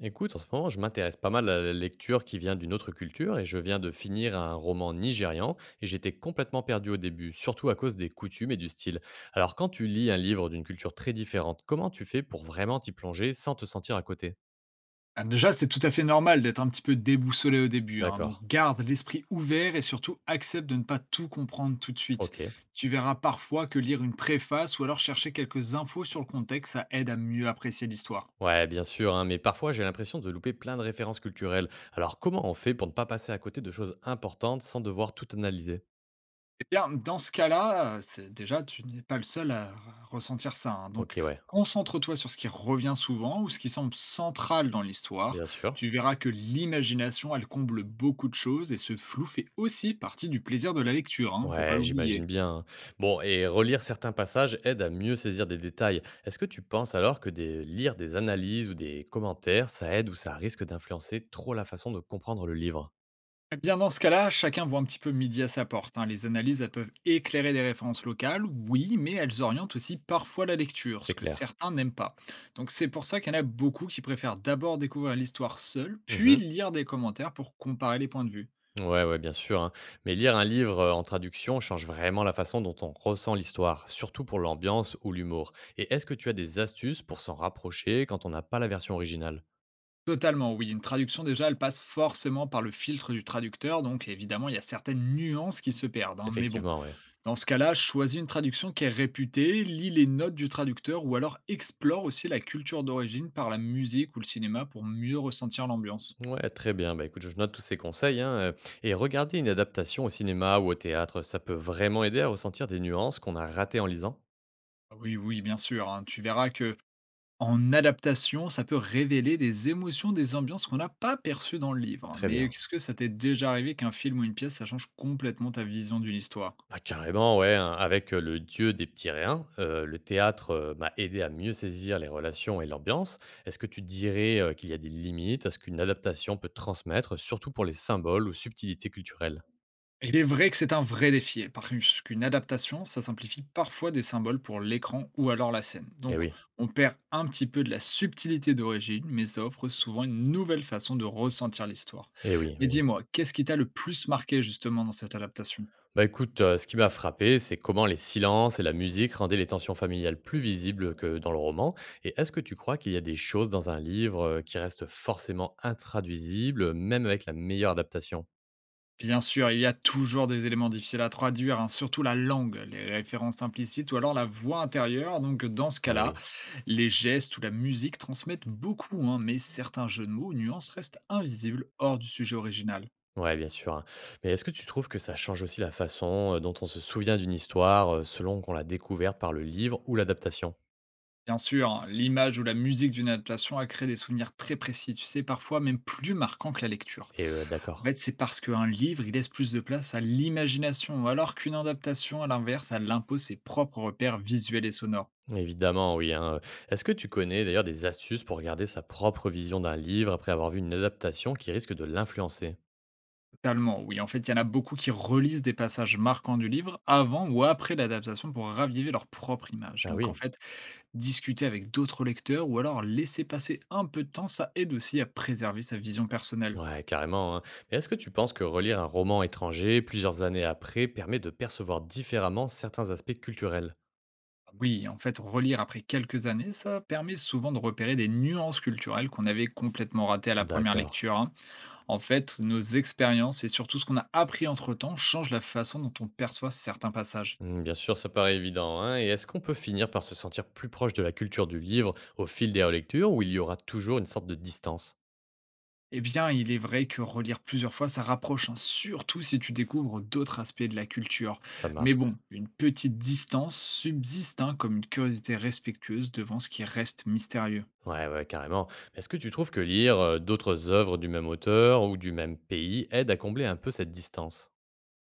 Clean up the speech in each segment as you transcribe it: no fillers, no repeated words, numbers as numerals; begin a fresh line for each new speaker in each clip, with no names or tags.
Écoute, en ce moment, je m'intéresse pas mal à la lecture qui vient d'une autre culture et je viens de finir un roman nigérian et j'étais complètement perdu au début, surtout à cause des coutumes et du style. Alors quand tu lis un livre d'une culture très différente, comment tu fais pour vraiment t'y plonger sans te sentir à côté?
Ah, déjà, c'est tout à fait normal d'être un petit peu déboussolé au début, hein.
D'accord,
Donc garde l'esprit ouvert et surtout accepte de ne pas tout comprendre tout de suite.
ok.
Tu verras parfois que lire une préface ou alors chercher quelques infos sur le contexte, ça aide à mieux apprécier l'histoire.
Ouais, bien sûr, hein, mais parfois j'ai l'impression de louper plein de références culturelles. Alors comment on fait pour ne pas passer à côté de choses importantes sans devoir tout analyser?
Eh bien, dans ce cas-là, déjà, tu n'es pas le seul à ressentir ça, hein. Donc,
Ok, ouais,
concentre-toi sur ce qui revient souvent ou ce qui semble central dans l'histoire.
bien sûr.
Tu verras que l'imagination, elle comble beaucoup de choses, et ce flou fait aussi partie du plaisir de la lecture, hein, faut pas
Ouais, j'imagine
l'oublier.
bien, hein. Bon, et relire certains passages aide à mieux saisir des détails. Est-ce que tu penses alors que lire des analyses ou des commentaires, ça aide ou ça risque d'influencer trop la façon de comprendre le livre?
Eh bien, dans ce cas-là, chacun voit un petit peu midi à sa porte, hein. Les analyses, elles peuvent éclairer des références locales, oui, mais elles orientent aussi parfois la lecture, ce
C'est
que
clair.
certains n'aiment pas. Donc c'est pour ça qu'il y en a beaucoup qui préfèrent d'abord découvrir l'histoire seule, puis
Mhm.
lire des commentaires pour comparer les points de vue.
Ouais, ouais, bien sûr, hein. Mais lire un livre en traduction change vraiment la façon dont on ressent l'histoire, surtout pour l'ambiance ou l'humour. Et est-ce que tu as des astuces pour s'en rapprocher quand on n'a pas la version originale?
Totalement, oui. Une traduction, déjà, elle passe forcément par le filtre du traducteur, donc évidemment, il y a certaines nuances qui se perdent, hein, mais bon.
Effectivement, ouais.
Dans ce cas-là, choisis une traduction qui est réputée, lis les notes du traducteur ou alors explore aussi la culture d'origine par la musique ou le cinéma pour mieux ressentir l'ambiance.
Ouais, très bien. Bah, écoute, je note tous ces conseils, hein. Et regarder une adaptation au cinéma ou au théâtre, ça peut vraiment aider à ressentir des nuances qu'on a ratées en lisant?
Ah oui, oui, bien sûr, hein. Tu verras que en adaptation, ça peut révéler des émotions, des ambiances qu'on n'a pas perçues dans le livre.
Très
Mais
bien.
est-ce que ça t'est déjà arrivé qu'un film ou une pièce, ça change complètement ta vision d'une histoire?
Ah, carrément, ouais, hein. Avec Le Dieu des petits riens, le théâtre m'a aidé à mieux saisir les relations et l'ambiance. Est-ce que tu dirais qu'il y a des limites à ce qu'une adaptation peut transmettre, surtout pour les symboles ou subtilités culturelles?
Il est vrai que c'est un vrai défi, parce qu'une adaptation, ça simplifie parfois des symboles pour l'écran ou alors la scène.
Eh
Donc,
oui,
on perd un petit peu de la subtilité d'origine, mais ça offre souvent une nouvelle façon de ressentir l'histoire.
eh oui,
Mais
oui, oui.
dis-moi, qu'est-ce qui t'a le plus marqué justement dans cette adaptation?
Bah écoute, ce qui m'a frappé, c'est comment les silences et la musique rendaient les tensions familiales plus visibles que dans le roman. Et est-ce que tu crois qu'il y a des choses dans un livre, qui restent forcément intraduisibles, même avec la meilleure adaptation?
Bien sûr, il y a toujours des éléments difficiles à traduire, hein, surtout la langue, les références implicites ou alors la voix intérieure. Donc, dans ce
Oui,
cas-là,
oui.
les gestes ou la musique transmettent beaucoup, hein, mais certains jeux de mots ou nuances restent invisibles hors du sujet original.
Ouais, bien sûr, hein. Mais est-ce que tu trouves que ça change aussi la façon, dont on se souvient d'une histoire, selon qu'on l'a découverte par le livre ou l'adaptation?
Bien sûr, hein, l'image ou la musique d'une adaptation a créé des souvenirs très précis, tu sais, parfois même plus marquants que la lecture.
Et
En
d'accord.
fait, c'est parce qu'un livre, il laisse plus de place à l'imagination, alors qu'une adaptation, à l'inverse, elle impose ses propres repères visuels et sonores.
Évidemment, oui, hein, Est-ce que tu connais d'ailleurs des astuces pour garder sa propre vision d'un livre après avoir vu une adaptation qui risque de l'influencer?
Totalement, oui. En fait, il y en a beaucoup qui relisent des passages marquants du livre avant ou après l'adaptation pour raviver leur propre image.
Ah
Donc, en
oui.
fait, discuter avec d'autres lecteurs ou alors laisser passer un peu de temps, ça aide aussi à préserver sa vision personnelle.
Ouais, carrément, hein. Mais est-ce que tu penses que relire un roman étranger plusieurs années après permet de percevoir différemment certains aspects culturels?
Oui, en fait, relire après quelques années, ça permet souvent de repérer des nuances culturelles qu'on avait complètement ratées à la première
D'accord.
lecture, hein. En fait, nos expériences et surtout ce qu'on a appris entre-temps changent la façon dont on perçoit certains passages.
Hmm, bien sûr, ça paraît évident, hein. Et est-ce qu'on peut finir par se sentir plus proche de la culture du livre au fil des relectures ou il y aura toujours une sorte de distance?
Eh bien, il est vrai que relire plusieurs fois, ça rapproche, hein, surtout si tu découvres d'autres aspects de la culture.
Ça
Mais
marche, ouais.
bon, une petite distance subsiste, hein, comme une curiosité respectueuse devant ce qui reste mystérieux.
Ouais, ouais, carrément. Mais est-ce que tu trouves que lire d'autres œuvres du même auteur ou du même pays aide à combler un peu cette distance?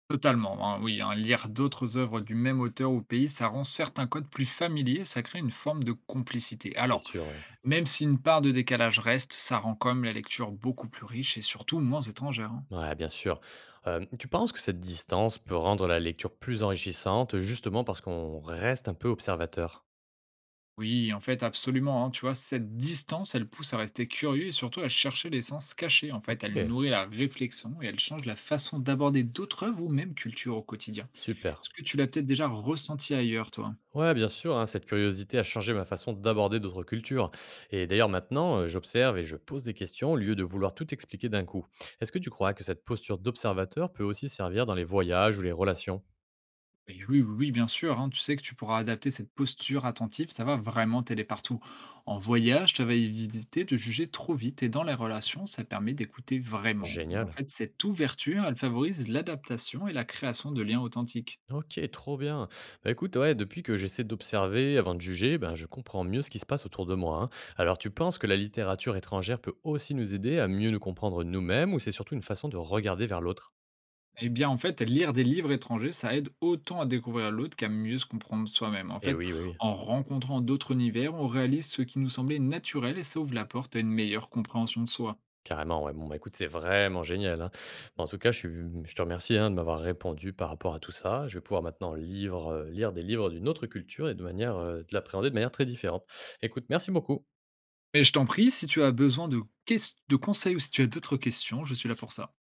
Totalement, hein, oui, hein, lire d'autres œuvres du même auteur ou pays, ça rend certains codes plus familiers, ça crée une forme de complicité.
C'est
Alors,
sûr, ouais.
même si une part de décalage reste, ça rend quand même la lecture beaucoup plus riche et surtout moins étrangère, hein.
Ouais, bien sûr. Tu penses que cette distance peut rendre la lecture plus enrichissante, justement parce qu'on reste un peu observateur?
Oui, en fait, absolument, hein, tu vois, cette distance, elle pousse à rester curieux et surtout à chercher l'essence cachée. En fait,
Ok,
elle nourrit la réflexion et elle change la façon d'aborder d'autres œuvres ou même cultures au quotidien.
super.
Est-ce que tu l'as peut-être déjà ressenti ailleurs, toi?
Ouais, bien sûr, hein, cette curiosité a changé ma façon d'aborder d'autres cultures. Et d'ailleurs, maintenant, j'observe et je pose des questions au lieu de vouloir tout expliquer d'un coup. Est-ce que tu crois que cette posture d'observateur peut aussi servir dans les voyages ou les relations?
Et oui, oui, oui, bien sûr, hein, tu sais que tu pourras adapter cette posture attentive, ça va vraiment t'aider partout. En voyage, ça va éviter de juger trop vite et dans les relations, ça permet d'écouter vraiment. En
Génial.
fait, cette ouverture, elle favorise l'adaptation et la création de liens authentiques.
OK, trop bien. Bah, écoute, ouais, depuis que j'essaie d'observer avant de juger, ben, je comprends mieux ce qui se passe autour de moi, hein. Alors, tu penses que la littérature étrangère peut aussi nous aider à mieux nous comprendre nous-mêmes ou c'est surtout une façon de regarder vers l'autre?
Eh bien, en fait, lire des livres étrangers, ça aide autant à découvrir l'autre qu'à mieux se comprendre soi-même. En
Eh
fait,
oui, oui, oui,
en rencontrant d'autres univers, on réalise ce qui nous semblait naturel et ça ouvre la porte à une meilleure compréhension de soi.
carrément. Ouais. Bon, bah, écoute, c'est vraiment génial, hein. Bon, en tout cas, je te remercie hein, de m'avoir répondu par rapport à tout ça. Je vais pouvoir maintenant lire des livres d'une autre culture et de manière de l'appréhender de manière très différente. Écoute, merci beaucoup.
Mais je t'en prie, si tu as besoin de ques de conseils ou si tu as d'autres questions, je suis là pour ça.